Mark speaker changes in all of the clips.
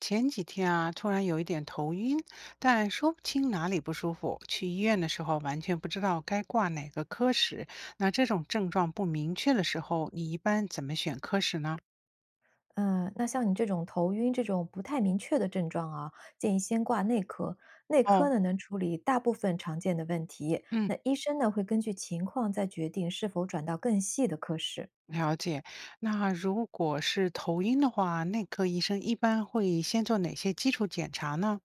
Speaker 1: 前几天啊，突然有一点头晕，但说不清哪里不舒服。去医院的时候，完全不知道该挂哪个科室。那这种症状不明确的时候，你一般怎么选科室呢？
Speaker 2: 嗯，那像你这种头晕这种不太明确的症状啊，建议先挂内科。内
Speaker 1: 哦，
Speaker 2: 科呢能处理大部分常见的问题，
Speaker 1: 嗯，
Speaker 2: 那医生呢会根据情况再决定是否转到更细的科室。
Speaker 1: 了解。那如果是头晕的话，内科医生一般会先做哪些基础检查呢？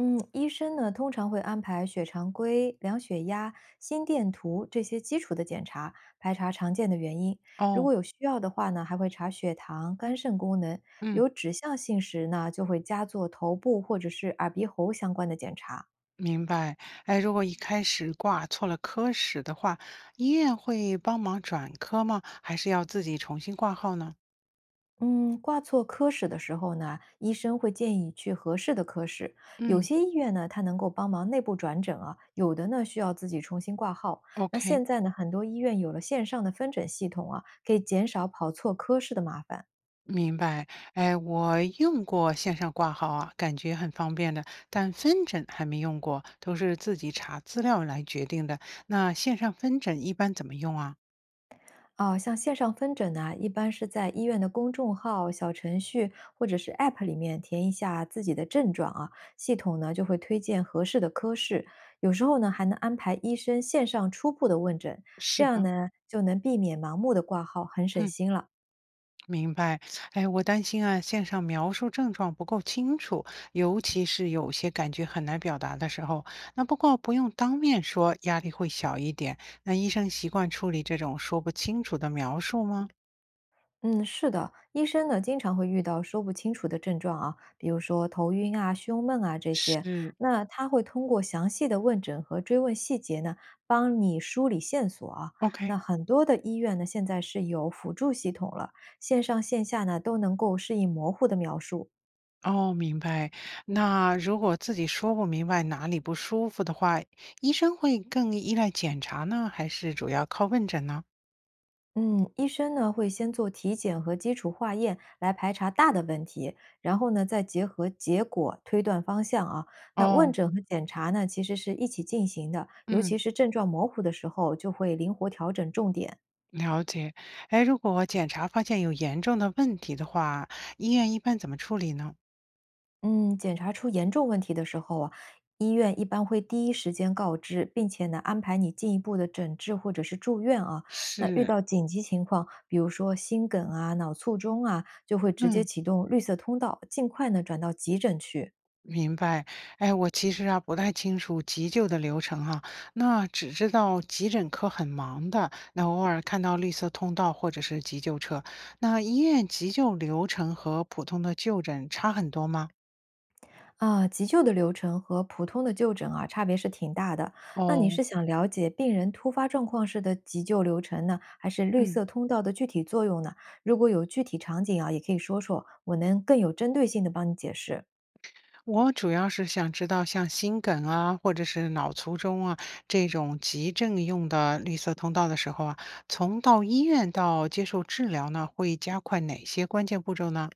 Speaker 2: 嗯，医生呢通常会安排血常规、量血压、心电图这些基础的检查，排查常见的原因。如
Speaker 1: 哦，
Speaker 2: 果有需要的话呢，还会查血糖、肝肾功能。
Speaker 1: 嗯，
Speaker 2: 有指向性时呢，就会加做头部或者是耳鼻喉相关的检查。
Speaker 1: 明白。哎，如果一开始挂错了科室的话，医院会帮忙转科吗？还是要自己重新挂号呢？
Speaker 2: 嗯，挂错科室的时候呢，医生会建议去合适的科室。有
Speaker 1: 嗯。
Speaker 2: 些医院呢，它能够帮忙内部转诊啊，有的呢需要自己重新挂号。那
Speaker 1: OK，
Speaker 2: 现在呢，很多医院有了线上的分诊系统啊，可以减少跑错科室的麻烦。
Speaker 1: 明白。哎，我用过线上挂号啊，感觉很方便的，但分诊还没用过，都是自己查资料来决定的。那线上分诊一般怎么用啊？
Speaker 2: 啊，像线上分诊呢，一般是在医院的公众号、小程序或者是 App 里面填一下自己的症状啊，系统呢就会推荐合适的科室。有时候呢，还能安排医生线上初步的问诊，这
Speaker 1: 是
Speaker 2: 样
Speaker 1: 吧？
Speaker 2: 呢就能避免盲目的挂号，很省
Speaker 1: 嗯，
Speaker 2: 心了。
Speaker 1: 明白。哎，我担心啊，线上描述症状不够清楚，尤其是有些感觉很难表达的时候。那不过不用当面说，压力会小一点。那医生习惯处理这种说不清楚的描述吗？
Speaker 2: 嗯，是的，医生呢经常会遇到说不清楚的症状啊，比如说头晕啊、胸闷啊这些。
Speaker 1: 是，
Speaker 2: 那他会通过详细的问诊和追问细节呢，帮你梳理线索啊。
Speaker 1: OK，
Speaker 2: 那很多的医院呢，现在是有辅助系统了，线上线下呢都能够适应模糊的描述。
Speaker 1: 哦，明白。那如果自己说不明白哪里不舒服的话，医生会更依赖检查呢，还是主要靠问诊呢？
Speaker 2: 嗯，医生呢会先做体检和基础化验来排查大的问题，然后呢再结合结果推断方向啊。那
Speaker 1: 哦，
Speaker 2: 问诊和检查呢其实是一起进行的，尤
Speaker 1: 嗯，
Speaker 2: 其是症状模糊的时候，就会灵活调整重点。
Speaker 1: 了解。哎，如果检查发现有严重的问题的话，医院一般怎么处理呢？
Speaker 2: 嗯，检查出严重问题的时候啊，医院一般会第一时间告知，并且呢安排你进一步的诊治或者是住院啊。那遇
Speaker 1: 是，
Speaker 2: 到紧急情况，比如说心梗啊、脑卒中啊，就会直接
Speaker 1: 嗯。
Speaker 2: 启动绿色通道，尽快呢转到急诊去。
Speaker 1: 明白，哎，我其实啊不太清楚急救的流程哈，那只知道急诊科很忙的，那偶尔看到绿色通道或者是急救车。那医院急救流程和普通的就诊差很多吗？
Speaker 2: 啊，急救的流程和普通的就诊啊，差别是挺大的。那你
Speaker 1: 哦，
Speaker 2: 是想了解病人突发状况时的急救流程呢，还是绿
Speaker 1: 嗯，
Speaker 2: 色通道的具体作用呢？如果有具体场景啊，也可以说说，我能更有针对性的帮你解释。
Speaker 1: 我主要是想知道像心梗啊，或者是脑卒中啊这种急症用的绿色通道的时候啊，从到医院到接受治疗呢，会加快哪些关键步骤呢？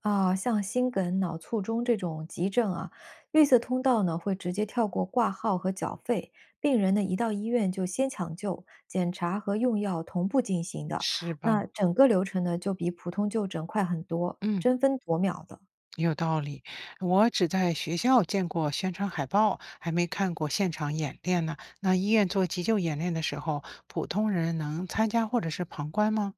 Speaker 2: 啊，像心梗、脑卒中这种急症啊，绿色通道呢会直接跳过挂号和缴费，病人呢一到医院就先抢救，检查和用药同步进行的，
Speaker 1: 是吧？
Speaker 2: 那整个流程呢就比普通就诊快很多，
Speaker 1: 嗯。
Speaker 2: 争分夺秒的。
Speaker 1: 有道理，我只在学校见过宣传海报，还没看过现场演练呢。那医院做急救演练的时候，普通人能参加或者是旁观吗？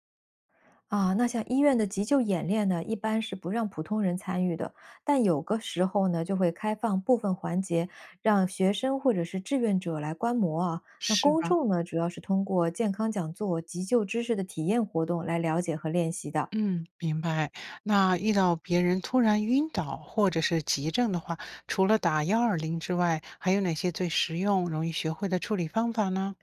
Speaker 2: 啊，那像医院的急救演练呢，一般是不让普通人参与的，但有个时候呢，就会开放部分环节，让学生或者是志愿者来观摩啊。那
Speaker 1: 是
Speaker 2: 公
Speaker 1: 吧？
Speaker 2: 众呢，主要是通过健康讲座、急救知识的体验活动来了解和练习的。
Speaker 1: 嗯，明白。那遇到别人突然晕倒或者是急症的话，除了打120之外，还有哪些最实用、容易学会的处理方法呢？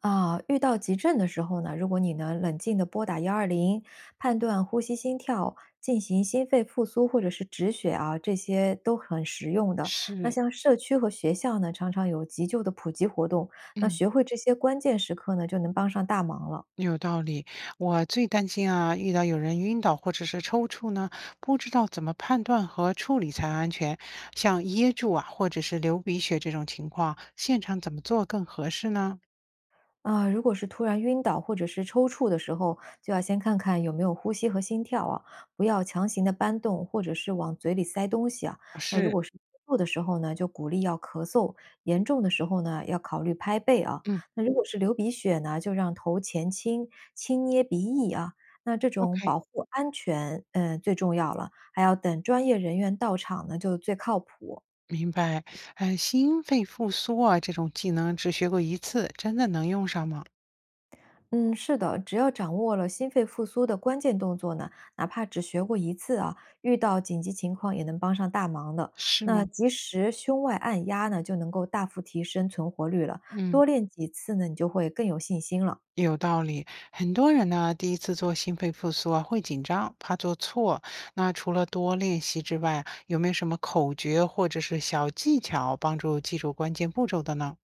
Speaker 2: 啊，遇到急症的时候呢，如果你能冷静地拨打幺二零，判断呼吸、心跳，进行心肺复苏或者是止血啊，这些都很实用的。那
Speaker 1: 是，
Speaker 2: 像社区和学校呢，常常有急救的普及活动，那
Speaker 1: 嗯。
Speaker 2: 学会这些关键时刻呢，就能帮上大忙了。
Speaker 1: 有道理，我最担心啊，遇到有人晕倒或者是抽搐呢，不知道怎么判断和处理才安全。像噎住啊，或者是流鼻血这种情况，现场怎么做更合适呢？
Speaker 2: 啊，如果是突然晕倒或者是抽搐的时候，就要先看看有没有呼吸和心跳啊，不要强行的搬动或者是往嘴里塞东西啊。那如
Speaker 1: 是，
Speaker 2: 果是吐的时候呢，就鼓励要咳嗽，严重的时候呢，要考虑拍背啊。
Speaker 1: 嗯
Speaker 2: 那如果是流鼻血呢，就让头前倾，轻捏鼻翼啊。那这种
Speaker 1: ，OK，
Speaker 2: 保护安全，最重要了，还要等专业人员到场呢，就最靠谱。
Speaker 1: 明白。心肺复苏啊，这种技能只学过一次，真的能用上吗？
Speaker 2: 嗯，是的，只要掌握了心肺复苏的关键动作呢，哪怕只学过一次啊，遇到紧急情况也能帮上大忙的。
Speaker 1: 是
Speaker 2: 那
Speaker 1: 吗？
Speaker 2: 及时胸外按压呢，就能够大幅提升存活率了。
Speaker 1: 嗯。
Speaker 2: 多练几次呢，你就会更有信心了。
Speaker 1: 有道理，很多人呢，第一次做心肺复苏啊，会紧张，怕做错。那除了多练习之外，有没有什么口诀或者是小技巧帮助记住关键步骤的呢？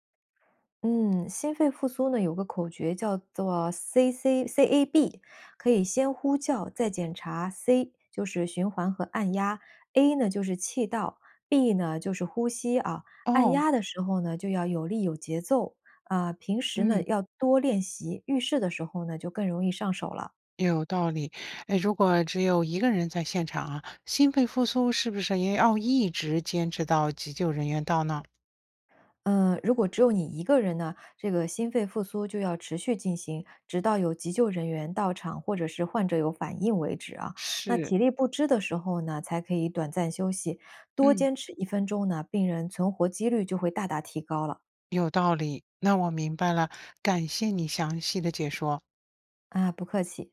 Speaker 2: 嗯，心肺复苏呢，有个口诀叫做 C C C A B，可以先呼叫，再检查。C 就是循环和按压，A 呢就是气道，B 呢就是呼吸啊。按
Speaker 1: 哦，
Speaker 2: 压的时候呢，就要有力有节奏啊、平时呢
Speaker 1: 嗯，
Speaker 2: 要多练习，遇事的时候呢就更容易上手了。
Speaker 1: 有道理。哎，如果只有一个人在现场啊，心肺复苏是不是也要一直坚持到急救人员到呢？
Speaker 2: 嗯，如果只有你一个人呢，这个心肺复苏就要持续进行，直到有急救人员到场或者是患者有反应为止啊。那
Speaker 1: 是，
Speaker 2: 体力不支的时候呢，才可以短暂休息，多
Speaker 1: 嗯，
Speaker 2: 坚持1分钟呢，病人存活几率就会大大提高了。
Speaker 1: 有道理。那我明白了，感谢你详细的解说。
Speaker 2: 啊，不客气。